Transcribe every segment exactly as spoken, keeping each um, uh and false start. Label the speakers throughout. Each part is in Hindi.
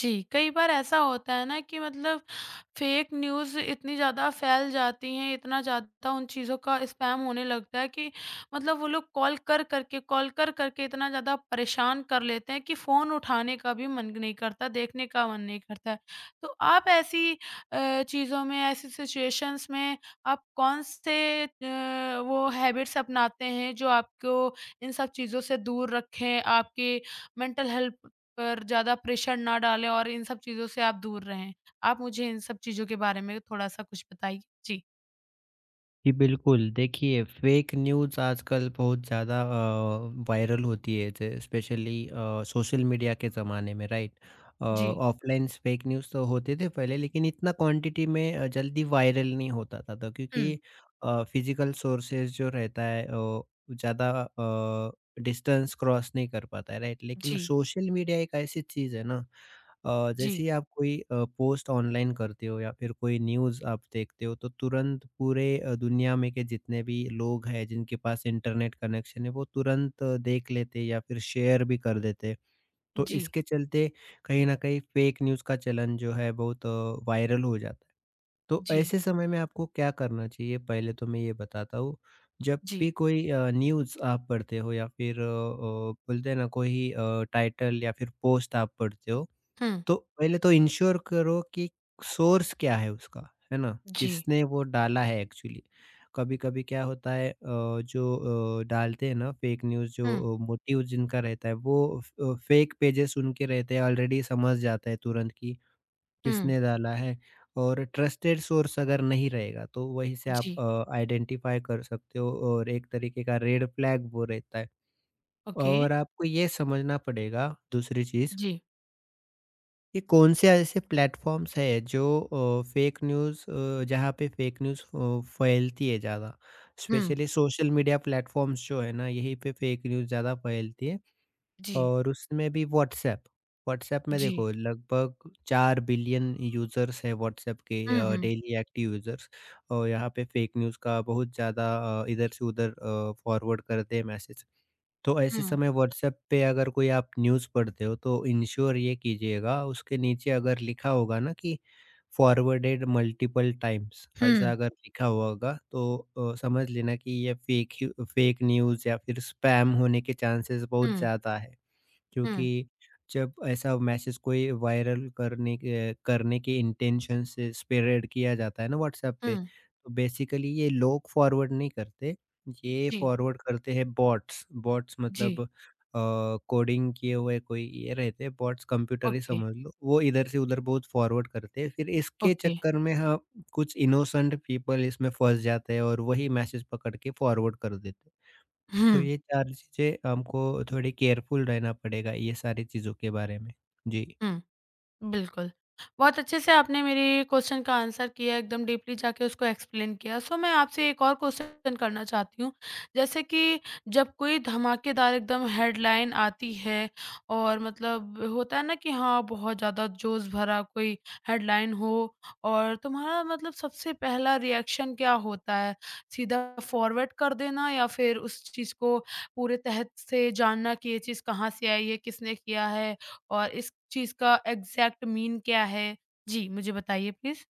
Speaker 1: जी, कई बार ऐसा होता है ना कि मतलब फेक न्यूज़ इतनी ज़्यादा फैल जाती हैं, इतना ज़्यादा उन चीज़ों का स्पैम होने लगता है कि मतलब वो लोग कॉल कर करके कॉल कर करके इतना ज़्यादा परेशान कर लेते हैं कि फ़ोन उठाने का भी मन नहीं करता, देखने का मन नहीं करता है। तो आप ऐसी अ, चीज़ों में, ऐसी सिचुएशंस में आप कौन से अ, वो हैबिट्स अपनाते हैं जो आपको इन सब चीज़ों से दूर रखें, आपके मेंटल हेल्थ पर ज़्यादा प्रेशर ना डालें और इन सब चीज़ों से आप दूर रहें? आप मुझे इन सब चीज़ों के बारे में थोड़ा-सा कुछ बताइए? जी,
Speaker 2: जी, बिल्कुल। देखिए फ़ेक न्यूज़ आजकल बहुत ज़्यादा अ, वायरल होती है जे स्पेशली अ, सोशल मीडिया के ज़माने में राइट। अ,
Speaker 1: जी।
Speaker 2: ऑफ़लाइन फ़ेक न्यूज़ तो होते थे पहले, लेकिन इतना क्वांटिटी में अ, जल्दी वायरल नहीं होता था तो
Speaker 1: हुँ।
Speaker 2: क्योंकि अ, फ़िज़िकल सोर्सेज़ जो रहता है अ, ज़्यादा अ, डिस्टेंस क्रॉस नहीं कर पाता है राइट। लेकिन
Speaker 1: जी,
Speaker 2: सोशल मीडिया एक ऐसी चीज़ है ना, अ, जैसे
Speaker 1: जी,
Speaker 2: ही आप कोई अ, पोस्ट ऑनलाइन करते हो या फिर कोई न्यूज़ आप देखते हो तो तुरंत पूरे अ, दुनिया में के जितने भी लोग हैं जिनके पास इंटरनेट कनेक्शन है वो तुरंत अ, देख लेते हैं या फिर शेयर भी कर देते हैं। तो
Speaker 1: जी,
Speaker 2: इसके चलते कहीं न कहीं फेक न्यूज़ का चलन जो है बहुत अ, वायरल हो जाता है। तो
Speaker 1: जी,
Speaker 2: ऐसे समय में आपको क्या करना चाहिए? पहले तो मैं ये बताता हूँ, जब
Speaker 1: जी।
Speaker 2: भी कोई अ, न्यूज़ आप पढ़ते हो या फिर अ अ, बोलते हैं ना कोई अ, टाइटल या फिर पोस्ट आप पढ़ते हो
Speaker 1: हुँ,
Speaker 2: तो पहले तो इंश्योर करो कि सोर्स क्या है उसका, है ना?
Speaker 1: जी,
Speaker 2: किसने वो डाला है एक्चुअली। कभी-कभी क्या होता है, अ, जो अ, डालते हैं ना फेक न्यूज़ जो
Speaker 1: हुँ,
Speaker 2: अ, मोटिव जिनका रहता है, वो फ फेक पेजेज़ उनके रहते हैं ऑलरेडी, समझ जाता है तुरंत कि
Speaker 1: हुँ,
Speaker 2: किसने डाला है। और ट्रस्टेड सोर्स अगर नहीं रहेगा तो वहीं से आप
Speaker 1: जी,
Speaker 2: अ, आइडेंटिफ़ाई कर सकते हो, और एक तरीके का रेड फ्लैग वो रहता है।
Speaker 1: ओके,
Speaker 2: और आपको ये समझना पड़ेगा, दूसरी चीज़,
Speaker 1: जी,
Speaker 2: ये कौन से ऐसे प्लेटफॉर्म्स हैं जो फेक न्यूज़ अ, जहाँ पे फेक न्यूज़ अ, फैलती है ज़्यादा।
Speaker 1: हुँ,
Speaker 2: स्पेशली सोशल मीडिया प्लेटफॉर्म्स जो है ना, यहीं पे फेक न्यूज़ ज़्यादा फैलती है।
Speaker 1: जी,
Speaker 2: और उसमें भी व्हाट्सएप। व्हाट्सएप में
Speaker 1: जी,
Speaker 2: देखो लगभग चार बिलियन यूज़र्स हैं व्हाट्सएप के,
Speaker 1: हुँ, हुँ,
Speaker 2: डेली एक्टिव यूज़र्स। और यहाँ पे फेक न्यूज़ का बहुत ज़्यादा अ, इधर से उधर फॉरवर्ड करते हैं मैसेज। तो ऐसे
Speaker 1: हुँ,
Speaker 2: समय व्हाट्सएप पे अगर कोई आप न्यूज़ पढ़ते हो तो इंश्योर ये कीजिएगा, उसके नीचे अगर लिखा होगा ना कि फॉरवर्डेड मल्टीपल टाइम्स, ऐसा
Speaker 1: हुँ।
Speaker 2: अगर लिखा होगा तो अ, समझ लेना कि ये फेक फेक न्यूज़ या फिर स्पैम होने के चांसेस बहुत
Speaker 1: हुँ,
Speaker 2: ज़्यादा है।
Speaker 1: हुँ,
Speaker 2: क्योंकि जब ऐसा मैसेज कोई वायरल करने के करने के इंटेंशन से स्प्रेड किया जाता है ना व्हाट्सएप पे,
Speaker 1: हुँ,
Speaker 2: तो बेसिकली ये लोग फॉरवर्ड नहीं करते, ये
Speaker 1: जी,
Speaker 2: फॉरवर्ड करते हैं बॉट्स। बॉट्स
Speaker 1: जी,
Speaker 2: मतलब अ, कोडिंग किए हुए कोई ये रहते हैं बॉट्स, कंप्यूटर ही
Speaker 1: ओके,
Speaker 2: समझ लो। वो इधर से उधर बहुत फॉरवर्ड करते हैं, फिर इसके
Speaker 1: ओके,
Speaker 2: चक्कर में हाँ, कुछ इनोसेंट पीपल इसमें फँस जाते हैं और वही मैसेज पकड़ के फॉरवर्ड कर देते हैं। तो
Speaker 1: हुँ,
Speaker 2: ये चार चीज़ें हमको, थोड़ी केयरफुल रहना पड़ेगा ये सारी चीज़ों के बारे में। जी।
Speaker 1: हुँ। बिल्कुल। बहुत अच्छे से आपने मेरे क्वेश्चन का आंसर किया, एकदम डीपली जाके उसको एक्सप्लेन किया। सो मैं आपसे एक और क्वेश्चन करना चाहती हूँ, जैसे कि जब कोई धमाकेदार एकदम हेडलाइन आती है और मतलब होता है ना कि हाँ, बहुत ज़्यादा जोश भरा कोई हेडलाइन हो और तुम्हारा मतलब सबसे पहला रिएक्शन क्या होता है? सीधा फॉरवर्ड कर देना या फिर उस चीज़ को पूरे तहत से जानना कि ये चीज़ कहाँ से आई है, किसने किया है? और इस चीज़ का एग्ज़ैक्ट मीन क्या है? जी, मुझे बताइए प्लीज़?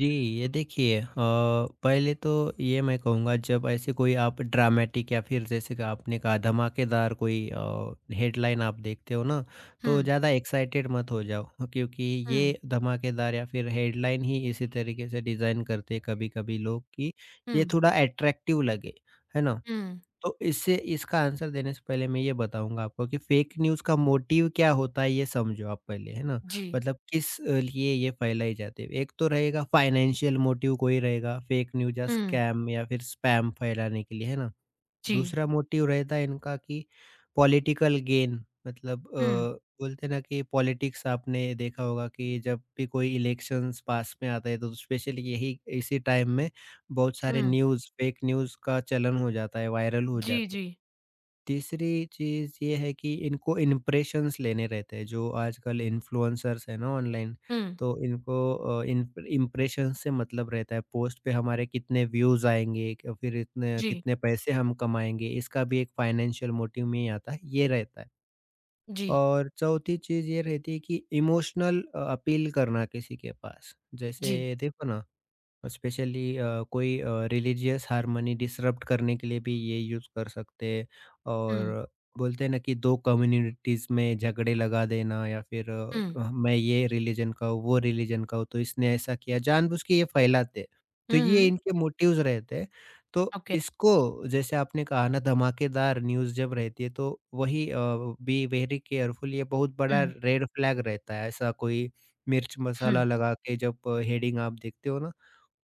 Speaker 2: जी, ये देखिए, अ, पहले तो ये मैं कहूँगा, जब ऐसे कोई आप ड्रामेटिक या फिर जैसे कि आपने कहा धमाकेदार कोई अ, हेडलाइन आप देखते हो ना, तो
Speaker 1: हुँ,
Speaker 2: ज़्यादा एक्साइटेड मत हो जाओ, क्योंकि
Speaker 1: हुँ,
Speaker 2: ये धमाकेदार या फिर हेडलाइन ही इसी तरीके से डिज़ाइन करते हैं कभी-कभी लोग कि ये
Speaker 1: हुँ,
Speaker 2: थोड़ा अट्रैक्टिव लगे, है ना?
Speaker 1: हुँ,
Speaker 2: तो इससे इसका आंसर देने से पहले मैं ये बताऊँगा आपको कि फ़ेक न्यूज़ का मोटिव क्या होता है, ये समझो आप पहले, है ना?
Speaker 1: जी,
Speaker 2: मतलब किस अ, लिए ये फैलाई जाती है। एक तो रहेगा फ़ाइनेंशियल मोटिव कोई रहेगा, फ़ेक न्यूज़ या
Speaker 1: हुँ,
Speaker 2: स्कैम या फिर स्पैम फैलाने के लिए, है ना?
Speaker 1: जी,
Speaker 2: दूसरा मोटिव रहता है इनका कि पॉलिटिकल गेन, मतलब
Speaker 1: हुँ,
Speaker 2: अ, बोलते हैं ना कि पॉलिटिक्स, आपने देखा होगा कि जब भी कोई इलेक्शंस पास में आता है तो स्पेशली यही इसी टाइम में बहुत सारे
Speaker 1: हुँ,
Speaker 2: न्यूज़, फेक न्यूज़ का चलन हो जाता है, वायरल हो
Speaker 1: जी,
Speaker 2: जाते
Speaker 1: जी,
Speaker 2: हैं। तीसरी चीज़ ये है कि इनको इम्प्रेशंस लेने रहते हैं, जो आजकल इन्फ्लुएंसर्स हैं ना ऑनलाइन,
Speaker 1: हुँ,
Speaker 2: तो इनको अ, इन इम्प्रेशंस से मतलब रहता है, पोस्ट पे हमारे कितने व्यूज़ आएँगे, क फिर इतने
Speaker 1: जी,
Speaker 2: कितने पैसे हम कमाएँगे, इसका भी एक फाइनेंशियल मोटिव में ही आता है, ये रहता है।
Speaker 1: जी,
Speaker 2: और चौथी चीज़ ये रहती है कि इमोशनल अ, अपील करना किसी के पास।
Speaker 1: जी,
Speaker 2: जैसे देखो ना, स्पेशली अ, कोई अ, रिलीजियस हार्मनी डिसरप्ट करने के लिए भी ये यूज़ कर सकते हैं,
Speaker 1: हुँ,
Speaker 2: और बोलते हैं ना कि दो कम्युनिटीज़ में झगड़े लगा देना, या फिर अ,
Speaker 1: हुँ,
Speaker 2: अ, मैं ये रिलीजन का हूँ, वो रिलीजन का हूँ, तो इसने ऐसा किया, जानबूझ के ये फैलाते हैं। तो ये
Speaker 1: हुँ,
Speaker 2: इनके मोटिव्स रहते हैं। तो
Speaker 1: ओके,
Speaker 2: इसको, जैसे आपने कहा ना, धमाकेदार न्यूज़ जब रहती है तो वही अ, बी वेरी केयरफुल, ये बहुत बड़ा
Speaker 1: हुँ,
Speaker 2: रेड फ्लैग रहता है। ऐसा कोई मिर्च
Speaker 1: हुँ,
Speaker 2: मसाला लगा के जब हेडिंग आप देखते हो ना,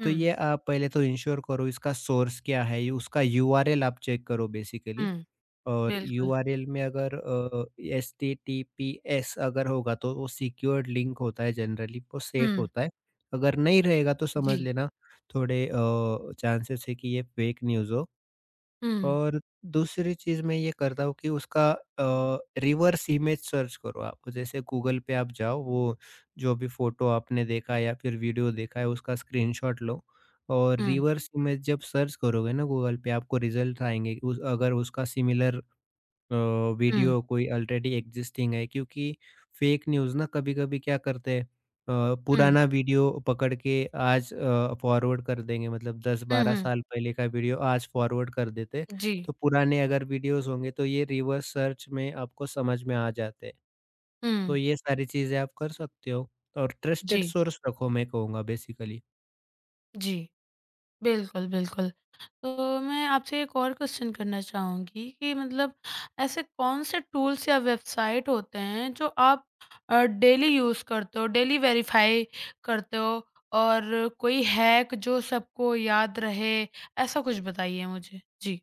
Speaker 1: हुँ,
Speaker 2: तो ये आप पहले तो इंश्योर करो इसका सोर्स क्या है, ये उसका यू आर एल आप चेक करो बेसिकली।
Speaker 1: हुँ,
Speaker 2: और
Speaker 1: बिल्कुल,
Speaker 2: यू आर एल में अगर अ, H T T P S अगर होगा तो वो सिक्योर्ड लिंक होता है जनरली, वो सेफ
Speaker 1: हुँ,
Speaker 2: होता है। अगर नहीं रहेगा तो
Speaker 1: जी,
Speaker 2: समझ लेना, थोड़े अ, चांसेस है कि ये फेक न्यूज़ हो।
Speaker 1: हुँ,
Speaker 2: और दूसरी चीज़ मैं ये करता हूँ कि उसका अ, रिवर्स इमेज सर्च करो आप। जैसे गूगल पे आप जाओ, वो जो भी फ़ोटो आपने देखा या फिर वीडियो देखा है, उसका स्क्रीनशॉट लो और
Speaker 1: हुँ,
Speaker 2: रिवर्स इमेज जब सर्च करोगे ना गूगल पे, आपको रिज़ल्ट आएँगे। उस अगर उसका सिमिलर अ,
Speaker 1: हुँ,
Speaker 2: वीडियो कोई ऑलरेडी एग्जिस्टिंग है, क्योंकि फेक न्यूज़ ना कभी-कभी क्या करते हैं, अ,
Speaker 1: हुँ,
Speaker 2: पुराना वीडियो पकड़ के आज अ, फॉरवर्ड कर देंगे, मतलब
Speaker 1: हुँ,
Speaker 2: दस बारह
Speaker 1: हुँ,
Speaker 2: साल पहले का वीडियो आज फॉरवर्ड कर देते हैं।
Speaker 1: जी,
Speaker 2: तो पुराने अगर वीडियोज़ होंगे तो ये रिवर्स सर्च में आपको समझ में आ जाते हैं।
Speaker 1: हुँ,
Speaker 2: तो ये सारी चीज़ें आप कर सकते हो, और ट्रस्टेड
Speaker 1: जी,
Speaker 2: सोर्स रखो मैं कहूँगा बेसिकली।
Speaker 1: जी। बिल्कुल, बिल्कुल। तो मैं आपसे एक और क्वेश्चन करना चाहूँगी कि मतलब ऐसे कौन से टूल्स या वेबसाइट होते हैं जो आप अ, डेली यूज़ करते हो, डेली वेरीफ़ाई करते हो और कोई हैक जो सबको याद रहे, ऐसा कुछ बताइए मुझे? जी।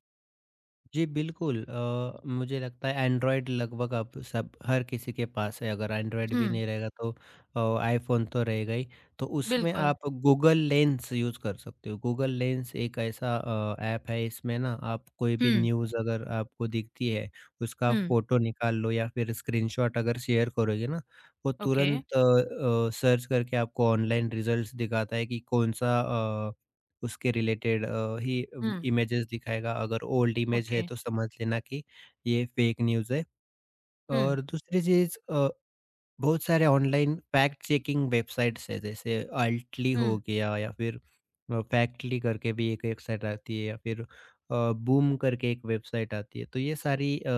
Speaker 2: जी, बिल्कुल, अ, मुझे लगता है एंड्रॉयड लगभग अब सब हर किसी के पास है, अगर एंड्रॉयड भी
Speaker 1: हुँ,
Speaker 2: नहीं रहेगा तो अ, आईफ़ोन तो रहेगा ही। तो उसमें
Speaker 1: बिल्कुल।
Speaker 2: आप गूगल लेंस यूज़ कर सकते हो। गूगल लेंस एक ऐसा अ, ऐप है, इसमें ना आप कोई भी
Speaker 1: हुँ,
Speaker 2: न्यूज़ अगर आपको दिखती है, उसका
Speaker 1: हुँ,
Speaker 2: फ़ोटो निकाल लो या फिर स्क्रीनशॉट अगर शेयर करोगे ना, वो
Speaker 1: ओके।
Speaker 2: तुरंत अ अ, सर्च करके आपको ऑनलाइन रिज़ल्ट्स दिखाता है कि कौन-सा उसके रिलेटेड अ, ही अम,
Speaker 1: हुँ,
Speaker 2: इमेजेस दिखाएगा। अगर ओल्ड इमेज
Speaker 1: ओके।
Speaker 2: है तो समझ लेना कि ये फेक न्यूज़ है।
Speaker 1: हुँ,
Speaker 2: और दूसरी चीज़, अ, बहुत सारे ऑनलाइन फैक्ट चेकिंग वेबसाइट्स हैं जैसे अल्टली हो
Speaker 1: हुँ,
Speaker 2: गया, या फिर अ, फैक्टली करके भी एक वेबसाइट आती है, या फिर अ, बूम करके एक वेबसाइट आती है। तो ये सारी अ,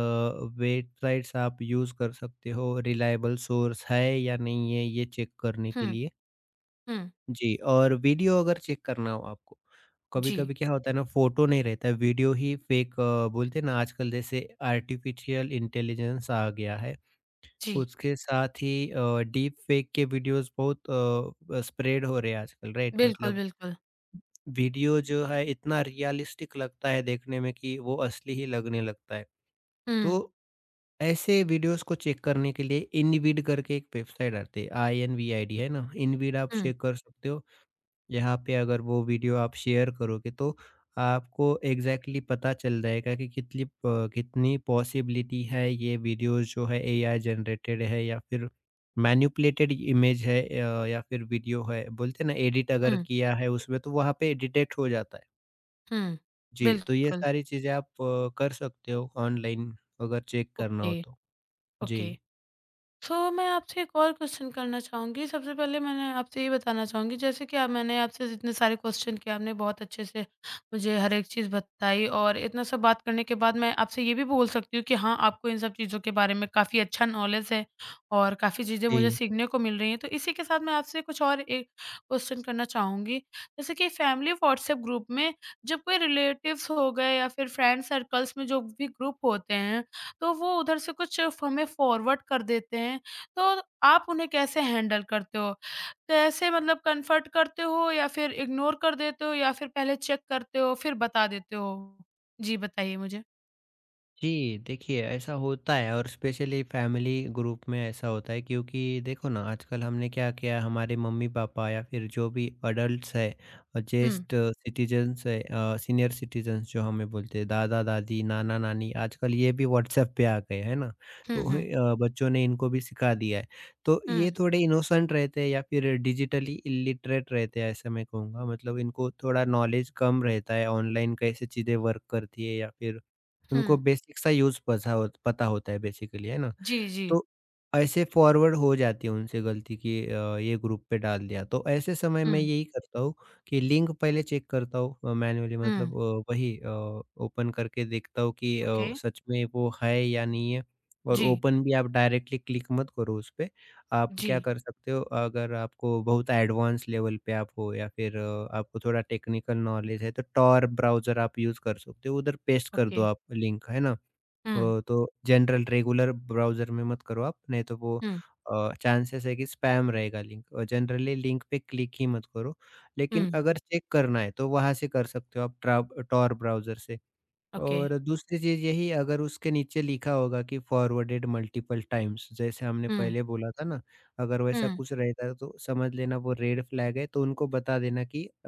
Speaker 2: वेबसाइट्स आप यूज़ कर सकते हो, रिलायबल सोर्स है या नहीं है ये चेक करने के
Speaker 1: हुँ,
Speaker 2: लिए।
Speaker 1: हुँ।
Speaker 2: जी। और वीडियो अगर चेक करना हो आपको,
Speaker 1: जी,
Speaker 2: कभी-कभी क्या होता है ना, फ़ोटो नहीं रहता है, वीडियो ही फ़ेक, अ, बोलते हैं ना आजकल जैसे आर्टिफ़िशियल इंटेलिजेंस आ गया है,
Speaker 1: जी।
Speaker 2: उसके साथ ही अ, डीप फ़ेक के वीडियोज़ बहुत अ, स्प्रेड हो रहे हैं आजकल, राइट?
Speaker 1: बिल्कुल,
Speaker 2: मतलब
Speaker 1: बिल्कुल।
Speaker 2: वीडियो जो है इतना रियलिस्टिक लगता है देखने में कि वो असली ही लगने लगता है।
Speaker 1: हुँ,
Speaker 2: तो ऐसे वीडियोज़ को चेक करने के लिए इनविड करके एक वेबसाइट आती है, I N V I D, है ना? इनविड आप
Speaker 1: हुँ,
Speaker 2: चेक कर सकते हो। यहाँ पे अगर वो वीडियो आप शेयर करोगे तो आपको एग्जैक्टली exactly पता चल जाएगा कि कितनी प- कितनी पॉसिबिलिटी है ये वीडियोस जो है ए आई जनरेटेड है या फिर मैन्युपुलेटेड इमेज है, अ, या फिर वीडियो है, बोलते हैं ना, एडिट अगर
Speaker 1: हुँ,
Speaker 2: किया है उसमें तो वहाँ पे डिटेक्ट हो जाता है।
Speaker 1: हुँ।
Speaker 2: जी। तो ये
Speaker 1: बिल्कुल,
Speaker 2: सारी चीज़ें आप अ, कर सकते हो ऑनलाइन अगर चेक करना हो
Speaker 1: ओके।
Speaker 2: तो। जी,
Speaker 1: ओके। सो मैं आपसे एक और क्वेश्चन करना चाहूँगी। सबसे पहले मैंने आपसे ये बताना चाहूँगी जैसे कि अब मैंने आपसे जितने सारे क्वेश्चन किए आपने बहुत अच्छे से मुझे हर एक चीज़ बताई और इतना सब बात करने के बाद मैं आपसे ये भी बोल सकती हूँ कि हाँ, आपको इन सब चीज़ों के बारे में काफ़ी अच्छा नॉलेज है और काफ़ी चीज़ें मुझे
Speaker 2: जी,
Speaker 1: सीखने को मिल रही हैं। तो इसी के साथ मैं आपसे कुछ और एक क्वेश्चन करना चाहूँगी। जैसे कि फैमिली व्हाट्सएप ग्रुप में जब कोई रिलेटिव्स हो गए या फिर फ्रेंड सर्कल्स में जो भी ग्रुप होते हैं तो वो उधर से कुछ हमें फॉरवर्ड कर देते हैं, तो आप उन्हें कैसे हैंडल करते हो? कैसे मतलब कन्फर्ट करते हो या फिर इग्नोर कर देते हो या फिर पहले चेक करते हो फिर बता देते हो? जी, बताइए मुझे?
Speaker 2: जी, देखिए ऐसा होता है, और स्पेशली फैमिली ग्रुप में ऐसा होता है, क्योंकि देखो ना, आजकल हमने क्या किया, हमारे मम्मी पापा या फिर जो भी अडल्ट्स है और
Speaker 1: हुँ।
Speaker 2: ज्येष्ठ सिटीजन्स है, सीनियर सिटीजन्स जो हमें बोलते हैं दादा दादी नाना नानी, आजकल ये भी व्हाट्सएप पे आ गए है ना।
Speaker 1: हुँ,
Speaker 2: तो
Speaker 1: हुँ।
Speaker 2: अ, बच्चों ने इनको भी सिखा दिया है। तो ये
Speaker 1: हुँ,
Speaker 2: थोड़े इनोसेंट रहते हैं या फिर डिजिटली इलिटरेट रहते हैं ऐसा मैं कहूँगा, मतलब इनको थोड़ा नॉलेज कम रहता है ऑनलाइन कैसे चीज़ें वर्क करती है, या फिर
Speaker 1: हुँ।
Speaker 2: उनको बेसिक सा यूज़ पता हो पता होता है बेसिकली, है ना?
Speaker 1: जी, जी।
Speaker 2: तो ऐसे फॉरवर्ड हो जाती है उनसे गलती कि अ, ये ग्रुप पे डाल दिया। तो ऐसे समय मैं
Speaker 1: हुँ,
Speaker 2: यही करता हूँ कि लिंक पहले चेक करता हूँ अ, मैन्युअली,
Speaker 1: हुँ।
Speaker 2: मतलब अ, वही अ, ओपन करके देखता हूँ कि
Speaker 1: ओके।
Speaker 2: अ, सच में वो है या नहीं है। और
Speaker 1: जी,
Speaker 2: ओपन भी आप डायरेक्टली क्लिक मत करो उस पे। आप
Speaker 1: जी।
Speaker 2: क्या कर सकते हो, अगर आपको बहुत एडवांस लेवल पे आप हो या फिर अ, आपको थोड़ा टेक्निकल नॉलेज है तो tor ब्राउज़र आप यूज़ कर सकते हो। उधर पेस्ट कर
Speaker 1: ओके।
Speaker 2: दो आप लिंक, है ना?
Speaker 1: हुँ,
Speaker 2: ओ, तो जनरल रेगुलर ब्राउज़र में मत करो आप, नहीं तो वो
Speaker 1: हुँ,
Speaker 2: अ, चांसेस है कि स्पैम रहेगा लिंक और जनरली लिंक पे क्लिक ही मत करो। लेकिन
Speaker 1: हुँ।
Speaker 2: अगर चेक करना है, तो वहाँ से कर सकते हो आप ट्रा टॉर ब्राउज़र से।
Speaker 1: ओके।
Speaker 2: और दूसरी चीज़ यही अगर उसके नीचे लिखा होगा कि फॉरवर्डेड मल्टीपल टाइम्स जैसे हमने
Speaker 1: हुँ,
Speaker 2: पहले बोला था ना, अगर वैसा
Speaker 1: हुँ,
Speaker 2: कुछ रहता है तो समझ लेना वो रेड फ्लैग है। तो उनको बता देना कि अ,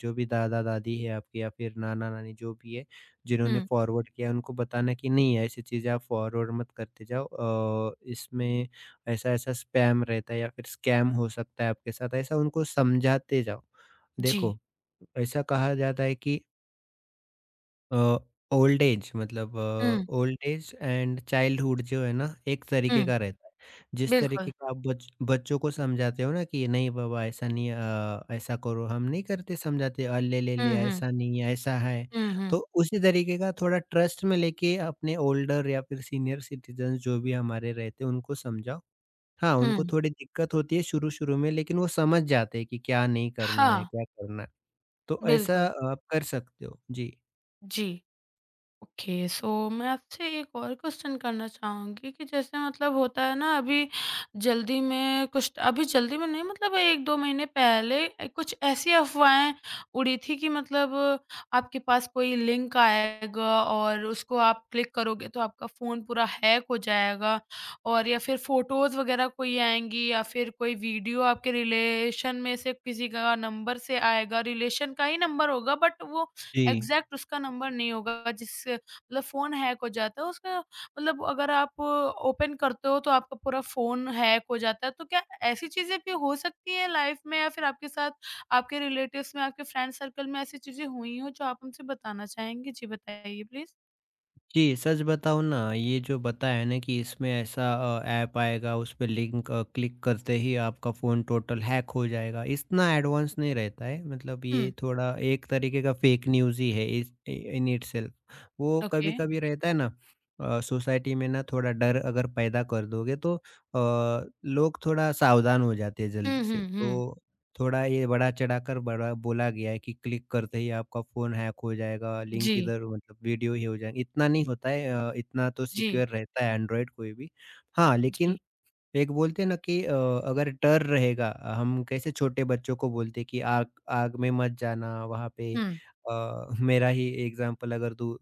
Speaker 2: जो भी दादा-दादी है आपके या फिर नाना-नानी जो भी है, जिन्होंने
Speaker 1: हुँ।
Speaker 2: फॉरवर्ड किया उनको बताना कि नहीं ऐसी चीज़ें आप फॉरवर्ड मत करते जाओ। अ, इसमें ऐसा-ऐसा स्पैम रहता है या फिर स्कैम हो सकता है आपके साथ, ऐसा उनको समझाते जाओ।
Speaker 1: जी।
Speaker 2: देखो, ऐसा कहा जाता है कि अ, ओल्ड एज मतलब
Speaker 1: हुँ,
Speaker 2: अ, ओल्ड एज एंड चाइल्डहुड जो है ना, एक तरीके
Speaker 1: हुँ।
Speaker 2: का रहता है। जिस
Speaker 1: बिल्कुल।
Speaker 2: तरीके का आप बच बच्चों को समझाते हो ना कि नहीं बाबा ऐसा नहीं अ, ऐसा करो हम नहीं करते समझाते अ, ले, ले, ले
Speaker 1: हुँ, हुँ।
Speaker 2: ऐसा नहीं है, ऐसा है।
Speaker 1: हुँ,
Speaker 2: तो
Speaker 1: हुँ।
Speaker 2: उसी तरीके का थोड़ा ट्रस्ट में लेके अपने ओल्डर या फिर सीनियर सिटीज़न्स जो भी हमारे रहते हैं उनको समझाओ। हाँ, उनको
Speaker 1: हुँ।
Speaker 2: थोड़ी दिक्कत होती है शुरू-शुरू में लेकिन वो समझ जाते हैं कि क्या नहीं करना है,
Speaker 1: हाँ,
Speaker 2: क्या करना है। तो ऐसा
Speaker 1: बिल्कुल।
Speaker 2: आप कर सकते हो। जी।
Speaker 1: जी। ओके, सो मैं आपसे एक और क्वेश्चन करना चाहूँगी कि जैसे मतलब होता है ना अभी जल्दी में कुछ अभी जल्दी में नहीं मतलब एक दो महीने पहले अ, कुछ ऐसी अफ़वाहें उड़ी थी कि मतलब आपके पास कोई लिंक आएगा और उसको आप क्लिक करोगे तो आपका फ़ोन पूरा हैक हो जाएगा और या फिर फ़ोटोज़ वग़ैरह कोई आएँगी या फिर कोई वीडियो आपके रिलेशन में से किसी का नंबर से आएगा, रिलेशन का ही नंबर होगा बट वो
Speaker 2: जी।
Speaker 1: एग्ज़ैक्ट उसका नंबर नहीं होगा जिससे मतलब फ़ोन हैक हो जाता है उसका मतलब अगर आप ओपन करते हो तो आपका पूरा फ़ोन हैक हो जाता है। तो क्या ऐसी चीज़ें भी हो सकती हैं लाइफ़ में या फिर आपके साथ आपके रिलेटिव्स में, आपके फ्रेंड सर्कल में ऐसी चीज़ें हुई हो जो आप हमसे बताना चाहेंगे? जी बताइए प्लीज़।
Speaker 2: जी, सच बताऊँ ना ये जो बताया है ना कि इसमें ऐसा अ, ऐप आएगा उस पे लिंक अ, क्लिक करते ही आपका फ़ोन टोटल हैक हो जाएगा, इतना एडवांस नहीं रहता है मतलब
Speaker 1: हुँ।
Speaker 2: ये थोड़ा एक तरीके का फ़ेक न्यूज़ ही है इस इ इन इटसेल्फ। वो
Speaker 1: ओके।
Speaker 2: कभी-कभी रहता है ना अ, सोसाइटी में ना थोड़ा डर अगर पैदा कर दोगे तो अ, लोग थोड़ा सावधान हो जाते हैं
Speaker 1: हुँ,
Speaker 2: जल्दी से।
Speaker 1: हुँ, हुँ।
Speaker 2: तो थोड़ा ये बढ़ा-चढ़ाकर बड़ा बोला गया है कि क्लिक करते ही आपका फ़ोन हैक हो जाएगा, लिंक
Speaker 1: जी,
Speaker 2: इधर मतलब वीडियो ही हो जाएगा, इतना नहीं होता है अ, इतना तो
Speaker 1: जी,
Speaker 2: सिक्योर रहता है एंड्रॉयड कोई भी। हाँ,
Speaker 1: जी।
Speaker 2: लेकिन एक बोलते हैं ना कि अ, अगर डर रहेगा हम कैसे छोटे बच्चों को बोलते कि आग आग में मत जाना वहाँ पे
Speaker 1: हुँ,
Speaker 2: अ, मेरा ही एग्जांपल अगर दूँ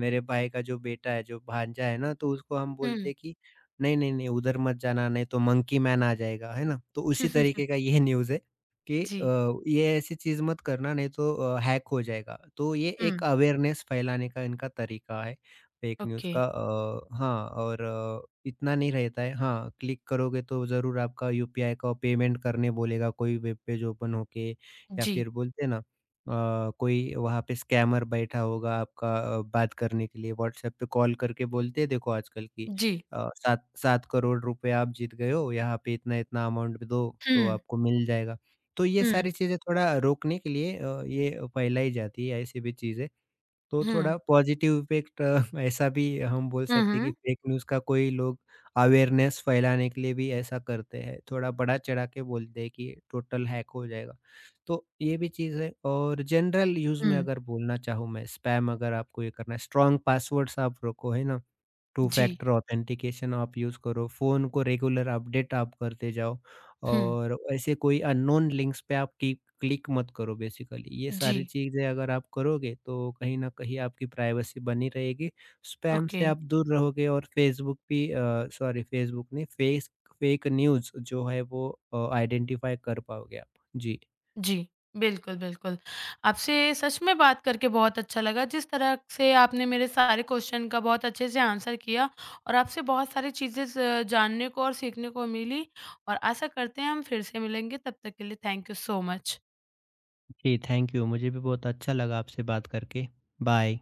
Speaker 2: मेरे भाई का जो बेटा है जो भांजा है ना तो उसको हम बोलते
Speaker 1: हुँ।
Speaker 2: हैं कि नहीं, नहीं, नहीं उधर मत जाना नहीं तो मंकी मैन आ जाएगा, है ना? तो उसी तरीके का ये न्यूज़ है कि अ,
Speaker 1: जी,
Speaker 2: ये ऐसी चीज़ मत करना नहीं तो अ, हैक हो जाएगा। तो ये
Speaker 1: हुँ।
Speaker 2: एक अवेयरनेस फैलाने का इनका तरीका है। Fake news
Speaker 1: okay.
Speaker 2: का अ, हाँ और अ, इतना नहीं रहता है हाँ, क्लिक करोगे तो ज़रूर आपका यू पी आई का पेमेंट करने बोलेगा कोई वेब पेज ओपन होके या
Speaker 1: जी,
Speaker 2: फिर बोलते हैं ना अ, कोई वहाँ पे स्कैमर बैठा होगा आपका अ, बात करने के लिए व्हाट्सएप पे कॉल करके बोलते हैं देखो आजकल की
Speaker 1: जी।
Speaker 2: अ, सात सात करोड़ रुपए आप जीत गए हो, यहाँ पे इतना-इतना अमाउंट दो तो
Speaker 1: हुँ,
Speaker 2: आपको मिल जाएगा। तो ये
Speaker 1: हुँ।
Speaker 2: सारी चीज़ें थोड़ा रोकने के लिए अ, ये फैलाई जाती है ऐसी भी चीज़ें। तो
Speaker 1: हुँ।
Speaker 2: थोड़ा पॉजिटिव इफ़ेक्ट ऐसा भी हम बोल
Speaker 1: हुँ,
Speaker 2: सकते हैं कि
Speaker 1: हुँ।
Speaker 2: फेक न्यूज़ का कोई लोग अवेयरनेस फैलाने के लिए भी ऐसा करते हैं। थोड़ा बढ़ा-चढ़ा के बोलते हैं कि टोटल हैक हो जाएगा। तो ये भी चीज़ है और जनरल यूज़ में
Speaker 1: हुँ,
Speaker 2: अगर बोलना चाहूँ मैं स्पैम अगर आपको ये करना है, स्ट्रॉन्ग पासवर्ड्स आप रखो, है ना? टू
Speaker 1: जी,
Speaker 2: फैक्टर ऑथेंटिकेशन आप यूज़ करो, फ़ोन को रेगुलर अपडेट आप करते जाओ
Speaker 1: हुँ।
Speaker 2: और ऐसे कोई अननोन लिंक्स पे आप क्लिक क्लिक मत करो बेसिकली। ये सारी
Speaker 1: जी,
Speaker 2: चीज़ें अगर आप करोगे तो कहीं न कहीं आपकी प्राइवेसी बनी रहेगी, स्पैम
Speaker 1: ओके।
Speaker 2: से आप दूर रहोगे और फेसबुक भी अ, सॉरी फेसबुक नहीं फेस फेक न्यूज़ जो है वो अ, आइडेंटिफ़ाई कर पाओगे आप। जी।
Speaker 1: जी, बिल्कुल, बिल्कुल। आपसे सच में बात करके बहुत अच्छा लगा, जिस तरह से आपने मेरे सारे क्वेश्चन का बहुत अच्छे से आंसर किया और आपसे बहुत सारी चीज़ें स जानने को और सीखने को मिली और आशा करते हैं हम फिर से मिलेंगे, तब तक के लिए थैंक यू सो मच।
Speaker 2: जी, थैंक यू। मुझे भी बहुत अच्छा लगा आपसे बात करके। बाय।